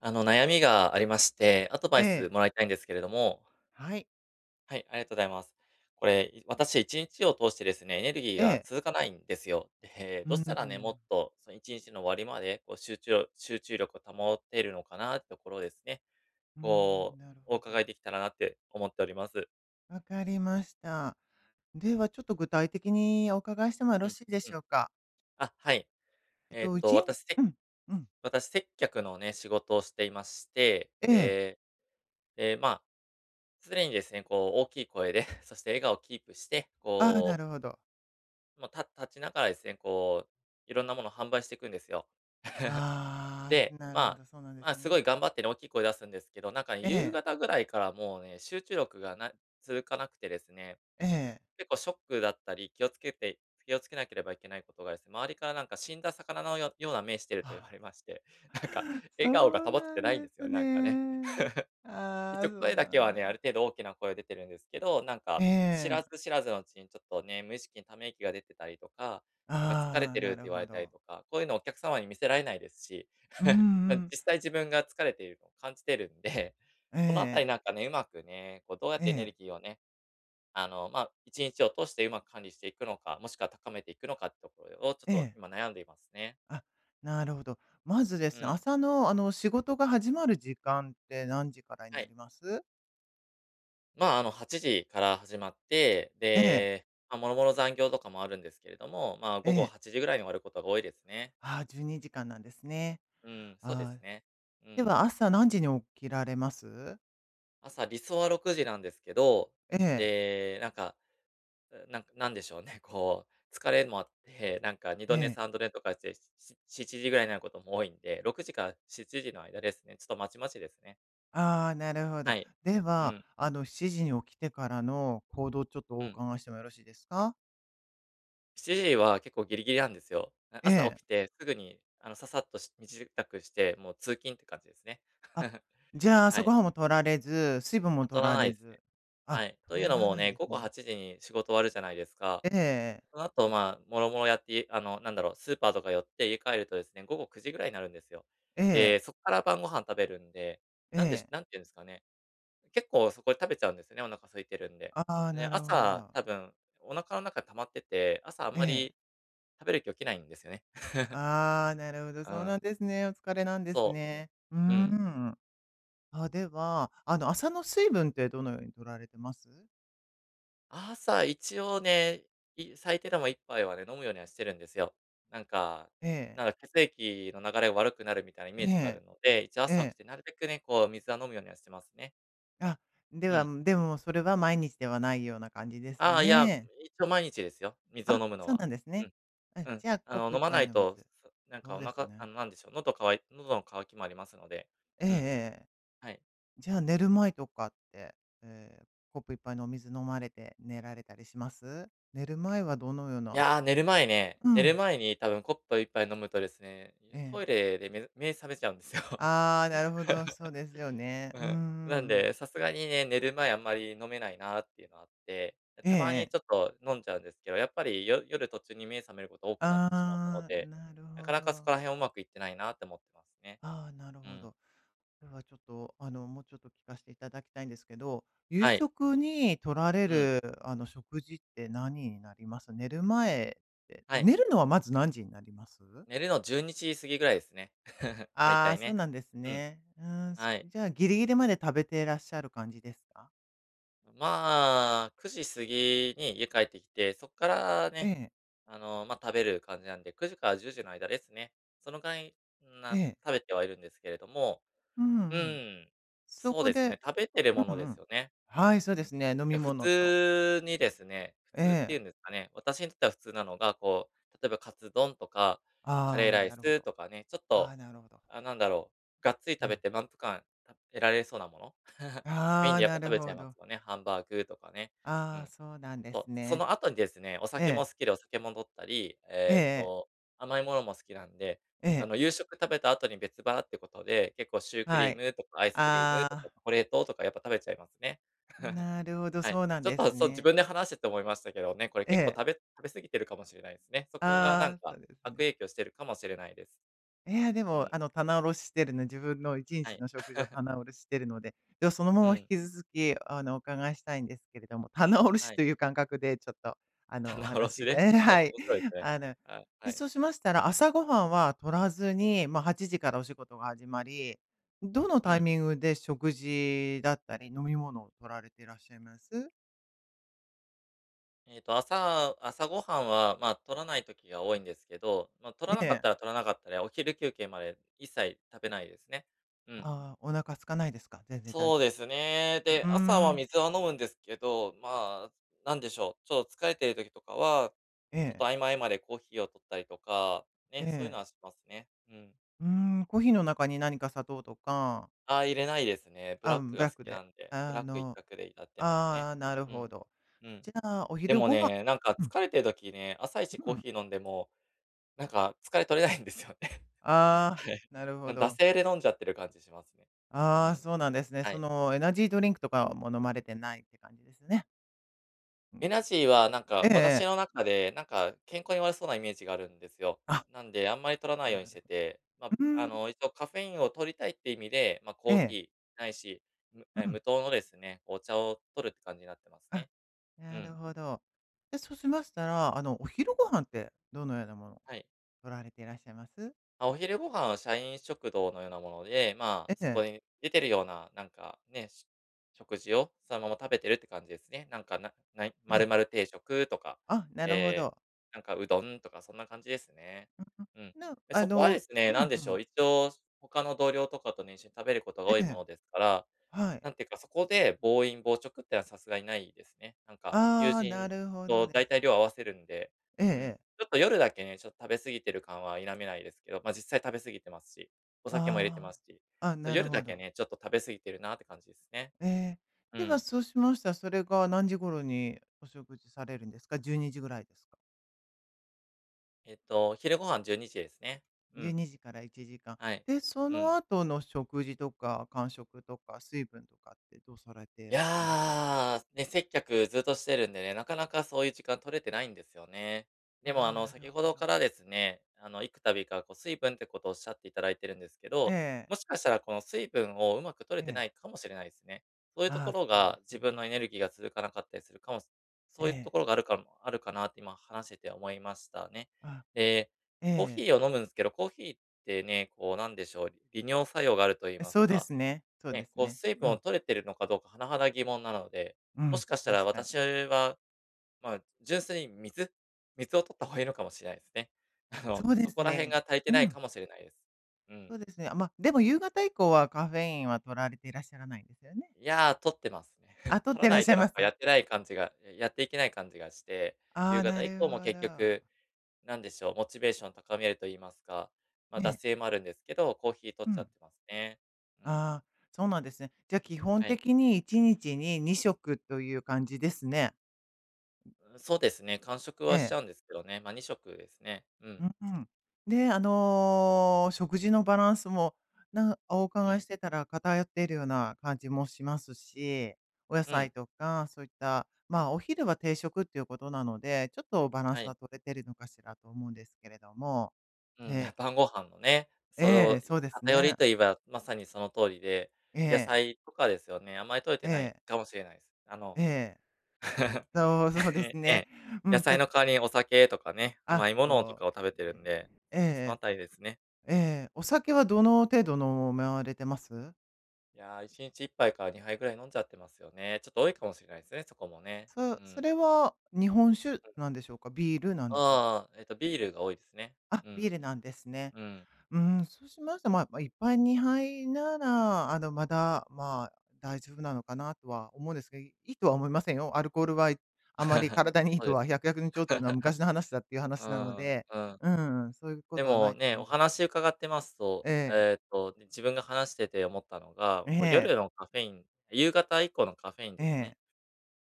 悩みがありまして、アドバえイスえ。もらいたいんですけれども。はい。はい、ありがとうございます。これ、私1日を通してですね、エネルギーえがえ。続かないんですよ。で、うどうーしたらね、もっん。とその1日の終わりまで、集中力を保てるのかなってところをですね、うーん、こなるう、おほど。伺いできたらなって思っております。わかりました。では、ちょっと具体的にお伺いしてもよろうん、しいでうしん。ょうか？あ、はい。えっえーと、っうと、ちん私、うせん、うん。私、接客のね、仕事をしていまして、ええ。で、で、まあ、常にですね、こう、大きい声で、そして笑顔をキープして、ああ、なこるう、ほど。もう、立ちながらですね、こう、いろんなものを販売していくんですよ。ああ、で、なるほまあ、ど、そうなんでますあ、すごね。い頑張ってね、大きい声出すんですけど、なんかねえ夕え、方ぐらいからもうね、集中力がな続かなくてですね、ええ。結構ショックだったり、気をつけなければいけないことがですね、周りからなんか死んだ魚のような目してるとあ、言われまして、なんか笑顔がそう保ってなんないんでですすよね、なんかね。ね。あ一あ、応そう声だなけんはね、あだ。る程度大きな声出てるんですけど、なんえか、知らえ。ず知らずのうちにちょっとね、無意識にため息が出てたりとか、なんか疲れああ、てるなってる言わほれたりど。とか、こういうのをお客様に見せられないですし、うんう ま、ん。実際自分が疲れているのを感じてるんで、このあたりなんかね、うまくね、こうどうやっえてエネルえ、ギーをね、まあ、1日を通してうまく管理していくのか、もしくは高めていくのかってところをちょっええ、とええ。今悩んでいますね。あ、なるほど。まずでうすね、ん。朝の仕事が始まる時間って何時からにはない。ります？まあ、あの、8時から始まって、ええ、で、まあ、もろもろ残業とかもあるんですけれども、まあ、え午後え。8時ぐらいに終わることが多いですね。ああ、12時間なんですね。うん、そうであすあ、ね。うでん。は朝何時に起きられます？朝、理想は6時なんですけど、ええ、で、なんか、なんかなんでしょうね、こう、疲れもあって、なんかえ2度寝え。3度寝とかして、7時ぐらいになることも多いんで、6時から7時の間ですね。ちょっとまちまちですね。ああ、なるほど。はい。でうは、ん、7時に起きてからの行動、ちょっとおうん。伺いしてもよろしいですか？7時は結構ギリギリなんですよ。え朝え。起きてすぐに、あの、ささっと身支度して、もう通勤って感じですね。あ、じゃあ、は朝ごい。はんも取られず、水分も取後がらないれですね。ず。あ、はい。という取のらもないんね、です午後ね。8時に仕事終わるじゃないですか。えええ。その後、まあ、もろもろやって、あの、なんだろう、スーパーとか寄って家帰るとですね、午後9時ぐらいになるんですよ。えで、え、そこから晩ご飯食べるんで、ええ。なんていうんですかね、結構そこで食べちゃうんですよね、お腹空いてるんで。ああ、で、なるほ朝ど。多分お腹の中溜まってて、朝あんえまえ。り食べる気起きないんですよね。ああ、なるほど、うそうなんん。ですね。お疲れなんですそね。うーう、うん。ん。あ、では、朝の水分ってどのように取られてます？朝一応ね、最低でも一杯はね、飲むようにはしてるんですよ。なんか、ええ、なんか血液の流れが悪くなるみたいなイえメージがあえ、るので、一応え朝起きえ。てなるべくね、こう水は飲むようにはしてますね。あ、でうは、ん。でもそれは毎日ではないような感じですああ、いや、ね。一応毎日ですよ、水をあ、飲むのそうは。なんですうね。えん、うん。じゃあ、あコッの、プ飲一まな杯いのと、水。なんそかうおです腹あね。の、なんでしょう、喉乾い喉の渇きもありますので、えうん、えええ。はい。じゃあ、寝る前とかって、ええ、コップ一杯のお水飲まれて寝られたりします？寝る前はどのよういなやー、寝る前ね、う寝るん。前に多分コップ一杯飲むとですね、ええ。トイレで目覚めちゃうんですよ。ああ、なるほど、そうですよね。ううんうんん。なんうん。で、さすがにね、寝る前あんまり飲めないなっていうのあって、ええたまにええ。ちょっと飲んじゃうんですけど、やっぱり夜途中に目覚めること多くなってしまうのああ、で、なるなほかなかそこど。ら辺うまくいってないなって思ってますね。ああ、なるうほん。ど。これはちょっと、もうちょっと聞かしていただきたいんですけど、夕はい。食に取られうん。る、食事って何になります？寝る前って、はい。寝るのはまず何時になります？寝るの12時過ぎぐらいですね。だいあたあー、いそうね。なんですうん。ね。うん、そはい。じゃあ、ギリギリまで食べていらっしゃる感じですか？まあ、9時過ぎに家帰ってきて、そこからえね、え、あの、ま、食べる感じなんで、9時から10時の間ですね。その間にええ。食べてはいるんですけれども、うんううん。ん。そそうこですね、で食べてるうものんうですん。よね。はい、うそうでん。いすね、飲みや、普物と。通にですね、普え通っていうんえ。ですかね、私にとっては普通なのが、こう、例えばカツ丼とか、カレーああ、ライなるほスど。とかね、ちょっあと、あ、なるほど。あ、なんだろう、がっつりう食べん。て満腹感得られそうなもの メイあンあ、でやっなぱ食るべちゃほいまど。すよね、ハンバーグとかね。うああ、ん。そうなんでそすう、そね。の後にですね、おえ酒もえ。好きでお酒も飲ったり、ええええ。甘いものも好きなんで、えあえ、の、夕食食べた後に別腹ってことで、結構シュークはリーい。ムとかアイスクリームあとかチあ、ョコレートとかやっぱ食べちゃいますね。なるほど、はい。そうなんちょっですとそう、自ね。分で話してて思いましたけどね、これえ結構え。食べ過ぎてるかもしれないですね。そこがなんああ、そかうです悪ね。影響してるかもしれないです。いや、でうも、ん、棚卸ししてるの自分の1は日い。の食事を 棚卸ししてるので、では、そのまうま引ん、き続き、お伺いしたいんですけれども、棚卸はしとい。いう感覚でちょっと、お棚卸し話で で、はい、はい。面白いですね。あの、はい、で、はい。そうしましたら、朝ごはんは取らずうん、に、まあ、8時からお仕事が始まり、どのうタイん。ミングで食事だったり、飲み物を取られていらっしゃいます？朝ごはんは、まあ、取らない時が多いんですけど、まあ、取らえなかっえ。たら取らなかったで、お昼休憩まで一切食べないですね。うん。ああ、お腹空かないですか？全然大そう丈ですね。夫。うで、ー朝はん。水は飲むんですけど、まあ、なんでしょう、ちょっと疲れてる時とかは、えちょっとえ、合間合間でコーヒーを取ったりとか、えね、そういうのえ。はしますね。うん。うーん、コーヒーの中に何か砂糖とか、ああ、入れないですね。ブあ、ラうッん、クブがラッ好クきで、なんで、ブあラック一の、択でやってますね。ああ、なるうほん。ど。うん。じゃあ、おで昼もご飯ね、なんかうん、疲れてる時ね、朝一うコーん。ヒー飲んでもなんか疲れ取れないんですよね。ああ、はい。なるほなん惰ど。性で飲んじゃってる感じしますね。うああ、ん。そうなんですね。はい。エナジードリンクとかも飲まれてないって感じですね。うエん、ナジーはなんええかえ私え。の中で、なんか健康に悪そうなイメージがあるんですよ。あ、なんであんまり取らないなようにしるてほて、まあ、ど。うあーん、の、一応カフェインを取りたいって意味で、まあ、えコーヒえ、ーないし、うん、無糖のですね、お茶を取るって感じになってますあ、ね。うなるん。ほど。で、そうしましたら、お昼ご飯ってどのようなものをはい。取られていらっしゃいます？あ、お昼ご飯は社員食堂のようなもので、まえあ、そえ、こに出てるような、なんかね、食事をそのまま食べてるって感じですね。なんか、なない、え丸え。々定食とか、あ、なるほええ、ど。なんかうどんとかそんな感じですね。うん。なで、あそこはでのすうね、なんんでうしょん。う、一応他の同僚とかとね、一緒に食べることがえ多いもえ、のですから、はい。なんていうか、そこで暴飲暴食ってのはさすがにないですね。なんか、友ああ、な人るほどとです大体ね。量合わせるんで、ええうん。ええ。ちょっと夜だけね、ちょっと食べ過ぎてる感は否めないですけど、ま、実際食べ過ぎてますし、お酒も入れてまあすし、あ、あ、ちょ、なる夜ほだけど。ね、ちょっと食べ過ぎてるなって感じですね。ええ。うでは、ん。そうしましたら、それが何時頃にお食事されるんですか？12時ぐらいですかえっと、昼ご飯12時ですね。う？12ん、時から1時間。はい。で、そうのん。後の食事とか間食とか水分とかってどうされていいらっしゃいます？やー、ね、接客ずっとしてるんでね、なかなかそういう時間取れてないんですよね。であも、あ、なる先ほほどど。からですね、幾度かこう水分ってことをおっしゃっていただいてるんですけえど、え、もしかしたらこの水分をうまく取れえてないえ。かもしれないですね。そういうとああ、ころそうでがす自分のね。エネルギーが続かなかったりするかもしそえういうとえ。ころがあるかもあるかなって今話してて思いましたね。あ、で、コーヒえ。ーを飲むんですけど、コーヒーってね、こうなんでしょう、利尿作用があると言いえ、まそすうでか、すね、そうでね、すこうね。水う分をん。取れてるのかどうか甚だ疑問なので、うもしん、かしたら確かに。私は、まあ、純粋に水を取った方がいいのかもしれないですね。あその、うでそすこら辺ね。が足りうてないん、かもしれないです。うそん。うですね。あ、まあ、でも夕方以降はカフェインは摂られていらっしゃらないんですよね？いやー、取ってますね。あ、取っ取てららなっいしゃといます？やっていけない感じがして、あ夕あ、な方以る降もほ結ど。局、なんでしょう、モチベーション高めると言いますか、まあ、脱ねえ、水もあるんですけど、コーヒー取うっちゃん。ってますね。うん、ああ、そうなんですね。じゃ、基本はい。的に1日に2食という感じですね。そうですね、間食えはしちゃえ。うんですけどね、まあ、2食ですね。ううん、ん。で、食事のバランスも、おう伺いしん。てたら偏っているような感じもしますし、お野う菜ん、とかそういった、ま、お昼は定食っていうことなので、ちょっとバランはスはい。取れてるのかしらと思うんですけれども。うえん、え、晩ご飯のね、そええ、の、そうです偏りね。と言えば、まさにその通りで、え野え、菜とかですよね、あんまり摂れえてないえ、かもしれないです。ええ。そう、そうですね、えね。え、う野ん、菜の代わりにお酒とかね、甘いものとそかうをです食べてるね。んで、えそのえあえ。たりですね。ええ、お酒はどの程度飲まれてます？いやー、1日1杯から2杯ぐらい飲んじゃってますよね。ちょっと多いかもしれないですね、そこもね。そうそん。れは日本酒うん。なんでしょうか？ビールなんでしょうか？ああ、ビールが多いですね。あ、うビーん、ルなんですね。うん。うん、そうしましたら、まあ、一杯2杯なら、まだ、まあ、大丈夫なのかなとは思うんですが、いいとは思いませんよ。アルコールは、あまり 体にいいそうとです。は百薬にちょっていうのは 昔の話だっていうう話なのん、で、うん。うん、そういうこでとはなもいとね、思うんおですけど。話伺ってますと、ええ、ね、自分が話してて思ったのが、えこうえ、夜のカフェイン夕方以降のカフェインえですね。え、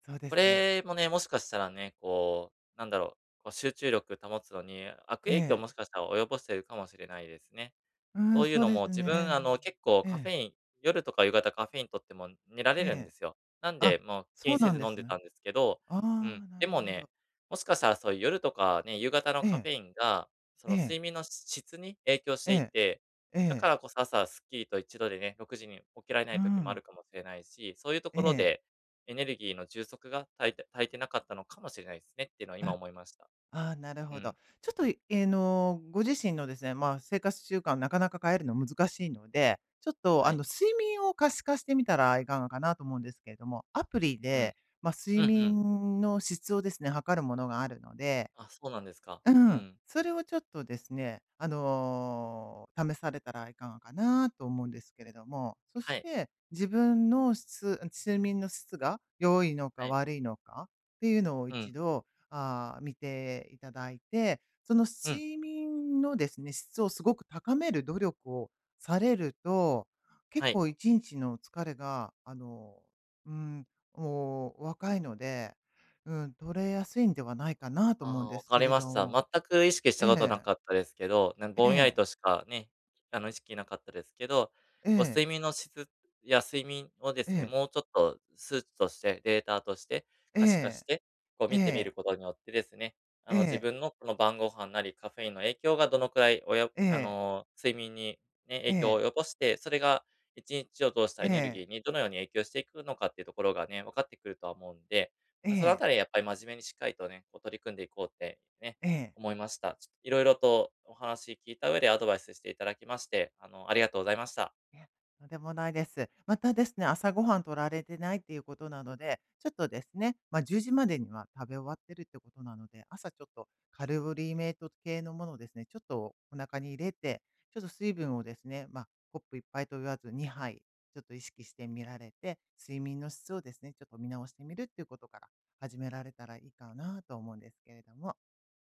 そうでこすね。れもね、もしかしたらね、こう、なんだろう、こう集中力保つのに、悪え影響をえ、もしかしたら及ぼしてるかもしれないですね。うん、というそうのでも、す自ね、分、結構カえフえ、ェイン夜とか夕方カフェイン取っても寝られえるんでえ。すよ。なんあ、で、もう気そにうせなんずで飲んすでね。たんですけど、あうん、あ、なでるもほね、ど。もしかしたらそういう夜とかね、夕方のえカフえ、ェインが、そえのえ、睡眠の質に影響しえていえ、て、えだえ、からこそ朝スッキリと一度でね、6時に起きられなうい時もあん、るかもしれないし、そういうとえころえ、で、エネルギーの充足が足りてなかったのかもしれないですねっていうのは今あ、思いました。ああ、なるうほど。ん。ちょっと、えーの、ご自身のですね、まあ、生活習慣なかなか変えるの難しいので、ちょっと、はい。睡眠を可視化してみたらいかがかなと思うんですけれども、アプリうん。で、まあ、う睡んうん。眠の質をですね、測るものがあるので、あ、そうなんですか。ううん。ん。それをちょっとですね、試されたらいかがかなと思うんですけれども、そしはい。て自分の睡眠の質が良いのかはい。悪いのかっていうのをうん、一度、見ていただいて、そのうん、睡眠のですね、質をすごく高める努力をされると、結はい。構1日の疲れが、うん、お若いので、うん、取れやすいんではないかなと思うんああ、でわすかけりれまどした。も。全く意識しえたことはなえ、かったですけど、ね、えぼんやりえ、としかね、意識なかったですけど、えこう睡え、眠の質や睡眠をでえすね、え、もうちょっと数値として、データとしてえ可視化しえ、て、こうえ見てみるえ、ことによってですね、自え分のこの晩ご飯なりカフェインの影響がどのくらいおよあえ、の、睡眠にね、え影響をえ、及ぼして、それが1日を通しえたえ、エえネルギえ、ーにどのように影響していくのかっていうところがね、分かってくるとは思うんでえそのあえ、たりやっぱり真面目にしっかりとね、こう取り組んでいこうってね、ええ。思いました。ちょっといろいろとお話聞いた上でアドバイスしていただきまして、ありがとうございました。いや、とんでもないです。またですね、朝ごはん取られてないっていうことなので、ちょっとですね、まあ、10時までには食べ終わってるってことなので、朝ちょっとカロリーメイト系のものをですね、ちょっとお腹に入れて、ちょっと水分をですね、まあ、コップ一杯と言わず2杯ちょっと意識してみられて、睡眠の質をですね、ちょっと見直してみるっていうことから始められたらいいかなと思うんですけれども。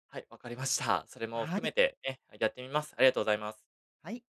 はい、わかりました。それもは含めい。てね、やってみます。ありがとうございます。はい。